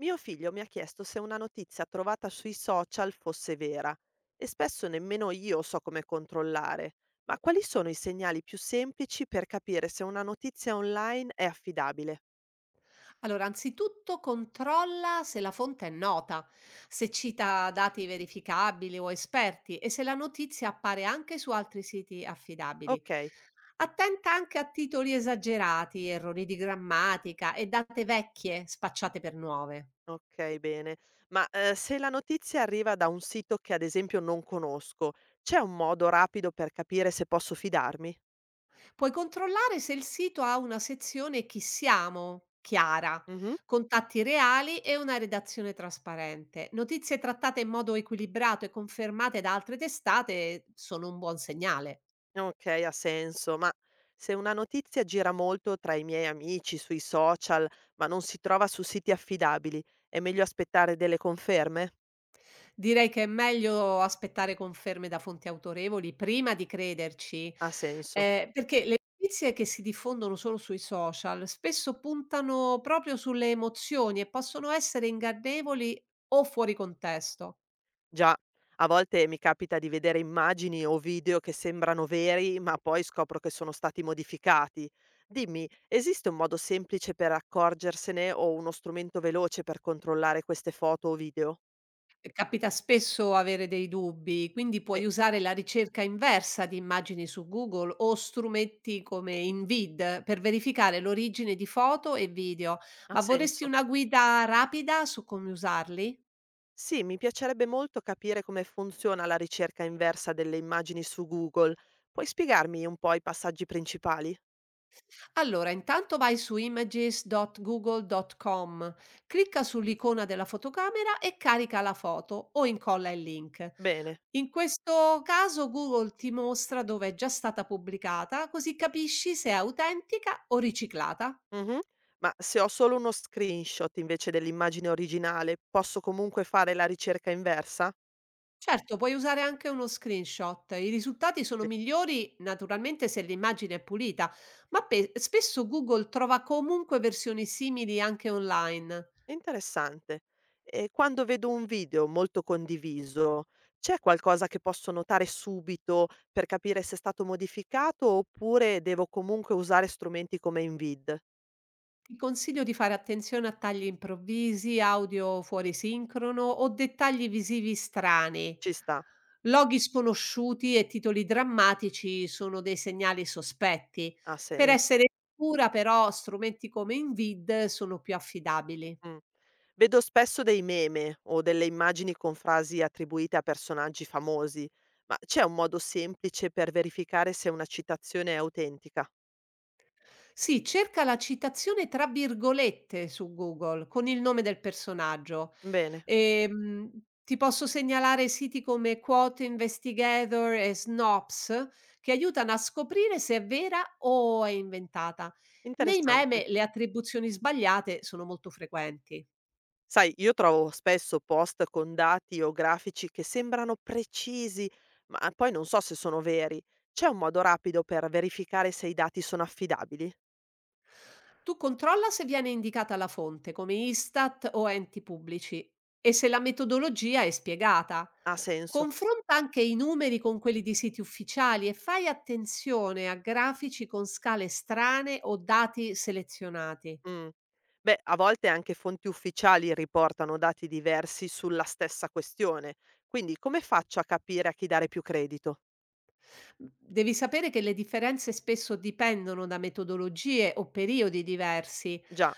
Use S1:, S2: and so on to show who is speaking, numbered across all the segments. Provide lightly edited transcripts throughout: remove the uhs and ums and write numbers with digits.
S1: Mio figlio mi ha chiesto se una notizia trovata sui social fosse vera e spesso nemmeno io so come controllare. Ma quali sono i segnali più semplici per capire se una notizia online è affidabile?
S2: Allora, anzitutto controlla se la fonte è nota, se cita dati verificabili o esperti e se la notizia appare anche su altri siti affidabili.
S1: Ok,
S2: Attenta anche a titoli esagerati, errori di grammatica e date vecchie spacciate per nuove.
S1: ok, bene. Se la notizia arriva da un sito che ad esempio non conosco, c'è un modo rapido per capire se posso fidarmi?
S2: Puoi controllare se il sito ha una sezione Chi siamo chiara,
S1: Mhm.
S2: contatti reali e una redazione trasparente. Notizie trattate in modo equilibrato e confermate da altre testate sono un buon segnale.
S1: Okay, ha senso, ma se una notizia gira molto tra i miei amici, sui social, ma non si trova su siti affidabili, è meglio aspettare delle conferme?
S2: Direi che è meglio aspettare conferme da fonti autorevoli prima di crederci,
S1: Ha senso.
S2: perché le notizie che si diffondono solo sui social spesso puntano proprio sulle emozioni e possono essere ingannevoli o fuori contesto.
S1: Già, a volte mi capita di vedere immagini o video che sembrano veri, ma poi scopro che sono stati modificati. Dimmi, esiste un modo semplice per accorgersene o uno strumento veloce per controllare queste foto o video?
S2: E capita spesso avere dei dubbi, quindi
S1: Sì,
S2: puoi usare la ricerca inversa di immagini su Google o strumenti come InVid per verificare l'origine di foto e video.
S1: ha
S2: Ma vorresti
S1: senso.
S2: una guida rapida su come usarli?
S1: Sì, mi piacerebbe molto capire come funziona la ricerca inversa delle immagini su Google. Puoi spiegarmi un po' i passaggi principali?
S2: Allora, intanto vai su images.google.com, clicca sull'icona della fotocamera e carica la foto o incolla il link.
S1: Bene.
S2: In questo caso Google ti mostra dove è già stata pubblicata, così capisci se è autentica o riciclata.
S1: Mhm. Ma se ho solo uno screenshot invece dell'immagine originale, posso comunque fare la ricerca inversa?
S2: Certo, puoi usare anche uno screenshot. I risultati sono
S1: Beh,
S2: migliori naturalmente se l'immagine è pulita, ma spesso Google trova comunque versioni simili anche online.
S1: interessante. E quando vedo un video molto condiviso, c'è qualcosa che posso notare subito per capire se è stato modificato oppure devo comunque usare strumenti come Invid?
S2: Ti consiglio di fare attenzione a tagli improvvisi, audio fuori sincrono o dettagli visivi strani.
S1: Ci sta,
S2: Loghi sconosciuti e titoli drammatici sono dei segnali sospetti.
S1: ha
S2: Per
S1: senso.
S2: essere sicura, però, strumenti come Invid sono più affidabili.
S1: Mh. Vedo spesso dei meme o delle immagini con frasi attribuite a personaggi famosi, ma c'è un modo semplice per verificare se una citazione è autentica?
S2: Sì, cerca la citazione tra virgolette su Google con il nome del personaggio.
S1: Bene,
S2: Ehm, Ti posso segnalare siti come Quote Investigator e Snops che aiutano a scoprire se è vera o è inventata. Nei
S1: interessante.
S2: meme le attribuzioni sbagliate sono molto frequenti.
S1: Sai, io trovo spesso post con dati o grafici che sembrano precisi, ma poi non so se sono veri. C'è un modo rapido per verificare se i dati sono affidabili?
S2: Tu controlla se viene indicata la fonte, come Istat o enti pubblici, e se la metodologia è spiegata.
S1: Ha senso.
S2: Confronta anche i numeri con quelli di siti ufficiali e fai attenzione a grafici con scale strane o dati selezionati.
S1: Mh. Beh, a volte anche fonti ufficiali riportano dati diversi sulla stessa questione, quindi come faccio a capire a chi dare più credito?
S2: Devi sapere che le differenze spesso dipendono da metodologie o periodi diversi.
S1: Già,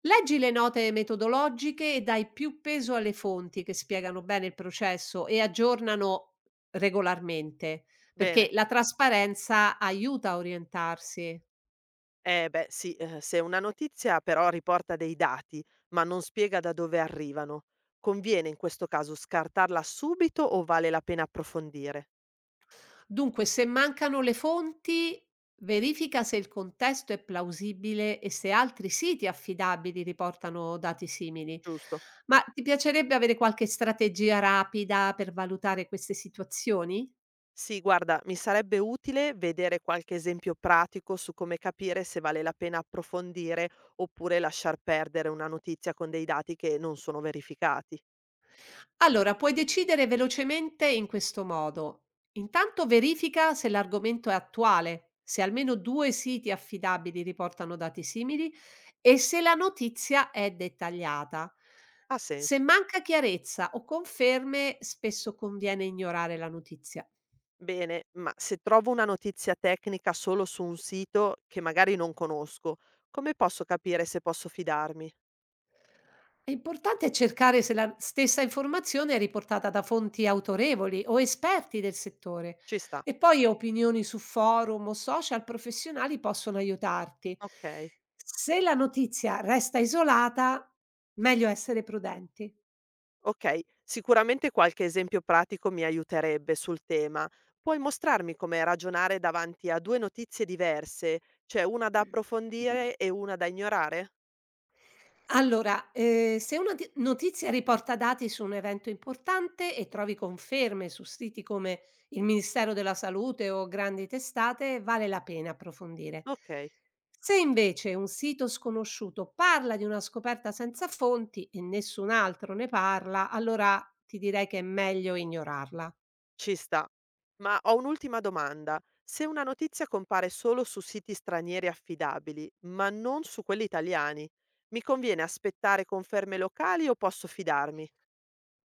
S2: Leggi le note metodologiche e dai più peso alle fonti che spiegano bene il processo e aggiornano regolarmente, perché
S1: bene.
S2: la trasparenza aiuta a orientarsi.
S1: Se una notizia però riporta dei dati, ma non spiega da dove arrivano, conviene in questo caso scartarla subito o vale la pena approfondire?
S2: Dunque, se mancano le fonti, verifica se il contesto è plausibile e se altri siti affidabili riportano dati simili.
S1: Giusto?
S2: Ma ti piacerebbe avere qualche strategia rapida per valutare queste situazioni?
S1: Sì, guarda, mi sarebbe utile vedere qualche esempio pratico su come capire se vale la pena approfondire oppure lasciar perdere una notizia con dei dati che non sono verificati.
S2: Allora, puoi decidere velocemente in questo modo. Intanto verifica se l'argomento è attuale, se almeno due siti affidabili riportano dati simili e se la notizia è dettagliata.
S1: Ha
S2: Se
S1: senso.
S2: manca chiarezza o conferme, spesso conviene ignorare la notizia.
S1: Bene, ma se trovo una notizia tecnica solo su un sito che magari non conosco, come posso capire se posso fidarmi?
S2: È importante cercare se la stessa informazione è riportata da fonti autorevoli o esperti del settore
S1: Ci sta.
S2: e poi opinioni su forum o social professionali possono aiutarti.
S1: Ok.
S2: Se la notizia resta isolata, meglio essere prudenti.
S1: Okay, sicuramente qualche esempio pratico mi aiuterebbe sul tema. Puoi mostrarmi come ragionare davanti a 2 notizie diverse, cioè una da approfondire e una da ignorare?
S2: Allora, se una ti notizia riporta dati su un evento importante e trovi conferme su siti come il Ministero della Salute o grandi testate, vale la pena approfondire.
S1: Okay,
S2: Se invece un sito sconosciuto parla di una scoperta senza fonti e nessun altro ne parla, allora ti direi che è meglio ignorarla.
S1: ci sta. Ma ho un'ultima domanda. Se una notizia compare solo su siti stranieri affidabili, ma non su quelli italiani, mi conviene aspettare conferme locali o posso fidarmi?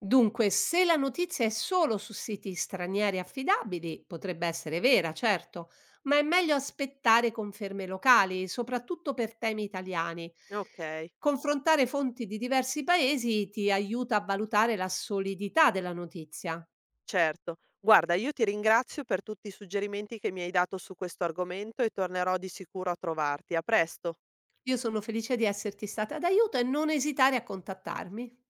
S2: Dunque, se la notizia è solo su siti stranieri affidabili, potrebbe essere vera, certo, ma è meglio aspettare conferme locali, soprattutto per temi italiani.
S1: Okay.
S2: Confrontare fonti di diversi paesi ti aiuta a valutare la solidità della notizia.
S1: Certo. Guarda, io ti ringrazio per tutti i suggerimenti che mi hai dato su questo argomento e tornerò di sicuro a trovarti. A presto.
S2: Io sono felice di esserti stata d'aiuto e non esitare a contattarmi.